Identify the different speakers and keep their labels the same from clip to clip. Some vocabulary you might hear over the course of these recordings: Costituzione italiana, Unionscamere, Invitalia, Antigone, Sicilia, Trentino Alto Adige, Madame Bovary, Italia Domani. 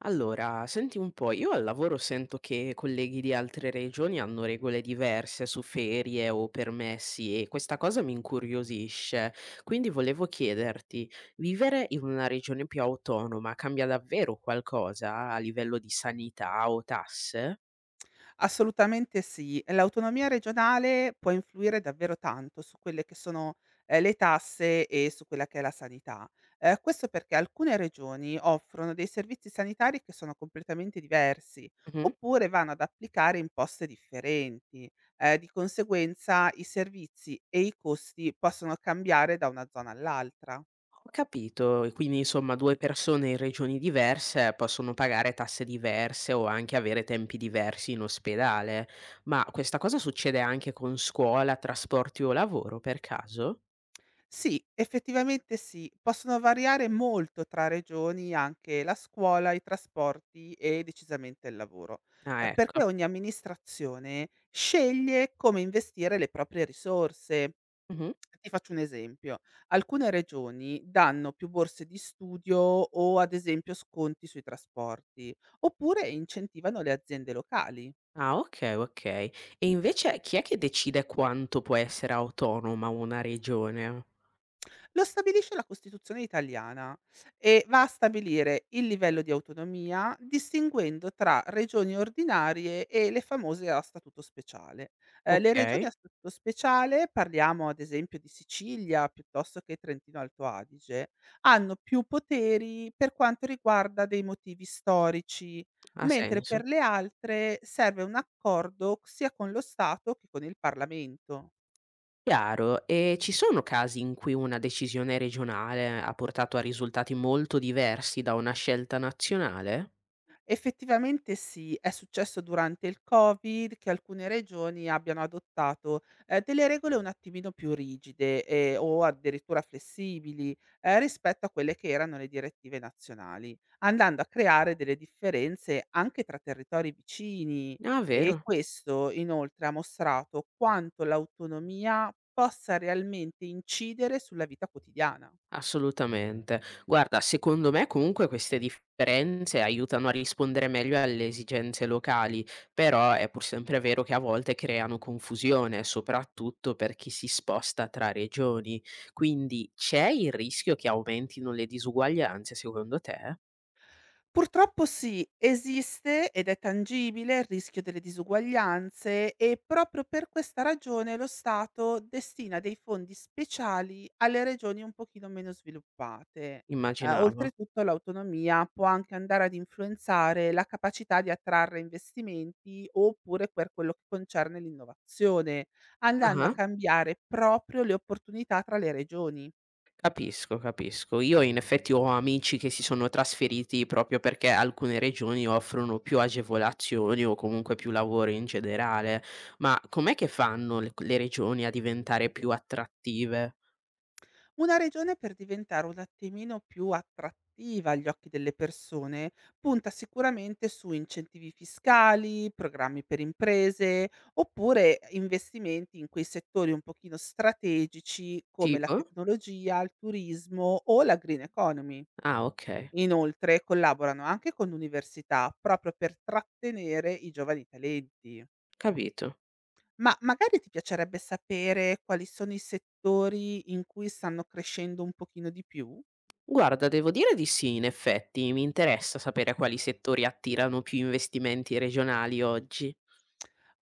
Speaker 1: Allora, senti un po', io al lavoro sento che colleghi di altre regioni hanno regole diverse su ferie o permessi e questa cosa mi incuriosisce. Quindi volevo chiederti, vivere in una regione più autonoma cambia davvero qualcosa a livello di sanità o tasse?
Speaker 2: Assolutamente sì. L'autonomia regionale può influire davvero tanto su quelle che sono, le tasse e su quella che è la sanità. Questo perché alcune regioni offrono dei servizi sanitari che sono completamente diversi,
Speaker 1: Mhm.
Speaker 2: oppure vanno ad applicare imposte differenti. Di conseguenza i servizi e i costi possono cambiare da una zona all'altra.
Speaker 1: Ho capito, e quindi insomma 2 persone in regioni diverse possono pagare tasse diverse o anche avere tempi diversi in ospedale. Ma questa cosa succede anche con scuola, trasporti o lavoro per caso?
Speaker 2: Sì, effettivamente sì. Possono variare molto tra regioni anche la scuola, i trasporti e decisamente il lavoro,
Speaker 1: Ah
Speaker 2: perché
Speaker 1: ecco.
Speaker 2: ogni amministrazione sceglie come investire le proprie risorse.
Speaker 1: Mh-mh.
Speaker 2: Ti faccio un esempio: alcune regioni danno più borse di studio o ad esempio sconti sui trasporti, oppure incentivano le aziende locali.
Speaker 1: Ah okay, okay. E invece chi è che decide quanto può essere autonoma una regione?
Speaker 2: Lo stabilisce la Costituzione italiana e va a stabilire il livello di autonomia distinguendo tra regioni ordinarie e le famose a statuto speciale. Le regioni a
Speaker 1: Okay,
Speaker 2: statuto speciale, parliamo ad esempio di Sicilia piuttosto che Trentino Alto Adige, hanno più poteri per quanto riguarda dei motivi storici,
Speaker 1: ha
Speaker 2: mentre per
Speaker 1: senso.
Speaker 2: le altre serve un accordo sia con lo Stato che con il Parlamento.
Speaker 1: Chiaro, e ci sono casi in cui una decisione regionale ha portato a risultati molto diversi da una scelta nazionale?
Speaker 2: Effettivamente sì, è successo durante il Covid che alcune regioni abbiano adottato, delle regole un attimino più rigide, o addirittura flessibili, rispetto a quelle che erano le direttive nazionali, andando a creare delle differenze anche tra territori vicini
Speaker 1: Ah,
Speaker 2: e
Speaker 1: vero?
Speaker 2: questo inoltre ha mostrato quanto l'autonomia possa realmente incidere sulla vita quotidiana.
Speaker 1: Assolutamente. Guarda, secondo me comunque queste differenze aiutano a rispondere meglio alle esigenze locali, però è pur sempre vero che a volte creano confusione, soprattutto per chi si sposta tra regioni. Quindi c'è il rischio che aumentino le disuguaglianze, secondo te?
Speaker 2: Purtroppo sì, esiste ed è tangibile il rischio delle disuguaglianze e proprio per questa ragione lo Stato destina dei fondi speciali alle regioni un pochino meno sviluppate.
Speaker 1: Immaginavo.
Speaker 2: Oltretutto l'autonomia può anche andare ad influenzare la capacità di attrarre investimenti oppure per quello che concerne l'innovazione, andando a
Speaker 1: Ah.
Speaker 2: cambiare proprio le opportunità tra le regioni.
Speaker 1: Capisco, capisco. Io in effetti ho amici che si sono trasferiti proprio perché alcune regioni offrono più agevolazioni o comunque più lavoro in generale. Ma com'è che fanno le regioni a diventare più attrattive?
Speaker 2: Una regione per diventare un attimino più attrattiva agli occhi delle persone, punta sicuramente su incentivi fiscali, programmi per imprese, oppure investimenti in quei settori un pochino strategici come la
Speaker 1: Tipo?
Speaker 2: tecnologia, il turismo o la green economy.
Speaker 1: Ah, okay,
Speaker 2: Inoltre collaborano anche con l'università proprio per trattenere i giovani talenti.
Speaker 1: capito.
Speaker 2: Ma magari ti piacerebbe sapere quali sono i settori in cui stanno crescendo un pochino di più?
Speaker 1: Guarda, devo dire di sì, in effetti. Mi interessa sapere quali settori attirano più investimenti regionali oggi.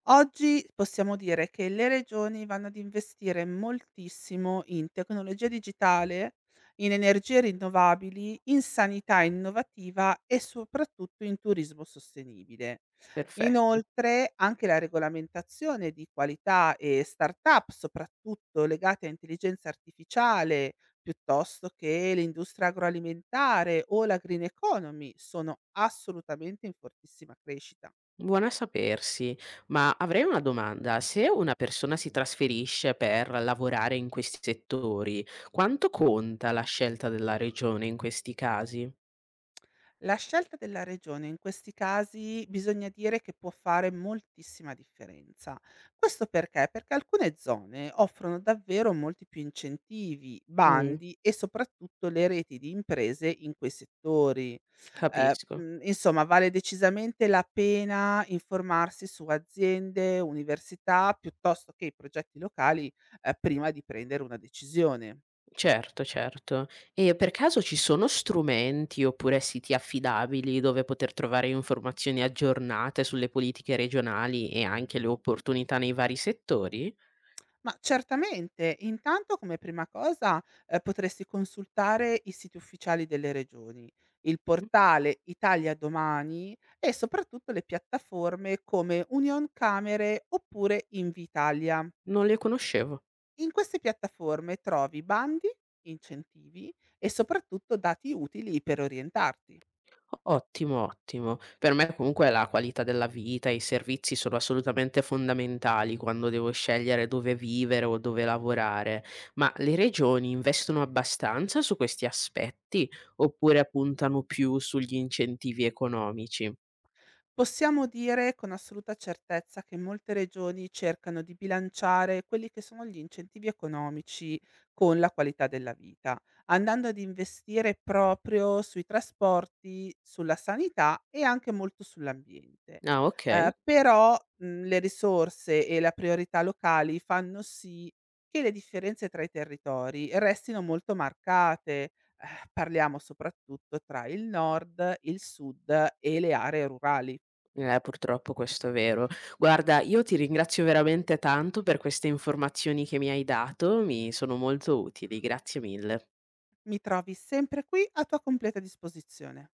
Speaker 2: Oggi possiamo dire che le regioni vanno ad investire moltissimo in tecnologia digitale, in energie rinnovabili, in sanità innovativa e soprattutto in turismo sostenibile.
Speaker 1: Perfetto.
Speaker 2: Inoltre anche la regolamentazione di qualità e start-up, soprattutto legate a intelligenza artificiale, piuttosto che l'industria agroalimentare o la green economy, sono assolutamente in fortissima crescita.
Speaker 1: Buona a sapersi, ma avrei una domanda. Se una persona si trasferisce per lavorare in questi settori, quanto conta la scelta della regione in questi casi?
Speaker 2: La scelta della regione in questi casi bisogna dire che può fare moltissima differenza. Questo perché? Perché alcune zone offrono davvero molti più incentivi,
Speaker 1: Mh,
Speaker 2: bandi e soprattutto le reti di imprese in quei settori.
Speaker 1: capisco.
Speaker 2: Insomma, vale decisamente la pena informarsi su aziende, università, piuttosto che i progetti locali, prima di prendere una decisione.
Speaker 1: Certo, certo. E per caso ci sono strumenti oppure siti affidabili dove poter trovare informazioni aggiornate sulle politiche regionali e anche le opportunità nei vari settori?
Speaker 2: Ma certamente, intanto come prima cosa, potresti consultare i siti ufficiali delle regioni, il
Speaker 1: Mh,
Speaker 2: portale Italia Domani e soprattutto le piattaforme come Unionscamere oppure Invitalia.
Speaker 1: non le conoscevo.
Speaker 2: In queste piattaforme trovi bandi, incentivi e soprattutto dati utili per orientarti.
Speaker 1: Ottimo, ottimo. Per me comunque la qualità della vita, i servizi sono assolutamente fondamentali quando devo scegliere dove vivere o dove lavorare, ma le regioni investono abbastanza su questi aspetti oppure puntano più sugli incentivi economici?
Speaker 2: Possiamo dire con assoluta certezza che molte regioni cercano di bilanciare quelli che sono gli incentivi economici con la qualità della vita, andando ad investire proprio sui trasporti, sulla sanità e anche molto sull'ambiente.
Speaker 1: Ah, ok.
Speaker 2: Però, le risorse e la priorità locali fanno sì che le differenze tra i territori restino molto marcate. Ehm, Parliamo soprattutto tra il nord, il sud e le aree rurali.
Speaker 1: Purtroppo questo è vero. Guarda, io ti ringrazio veramente tanto per queste informazioni che mi hai dato, mi sono molto utili, grazie mille.
Speaker 2: Mi trovi sempre qui a tua completa disposizione.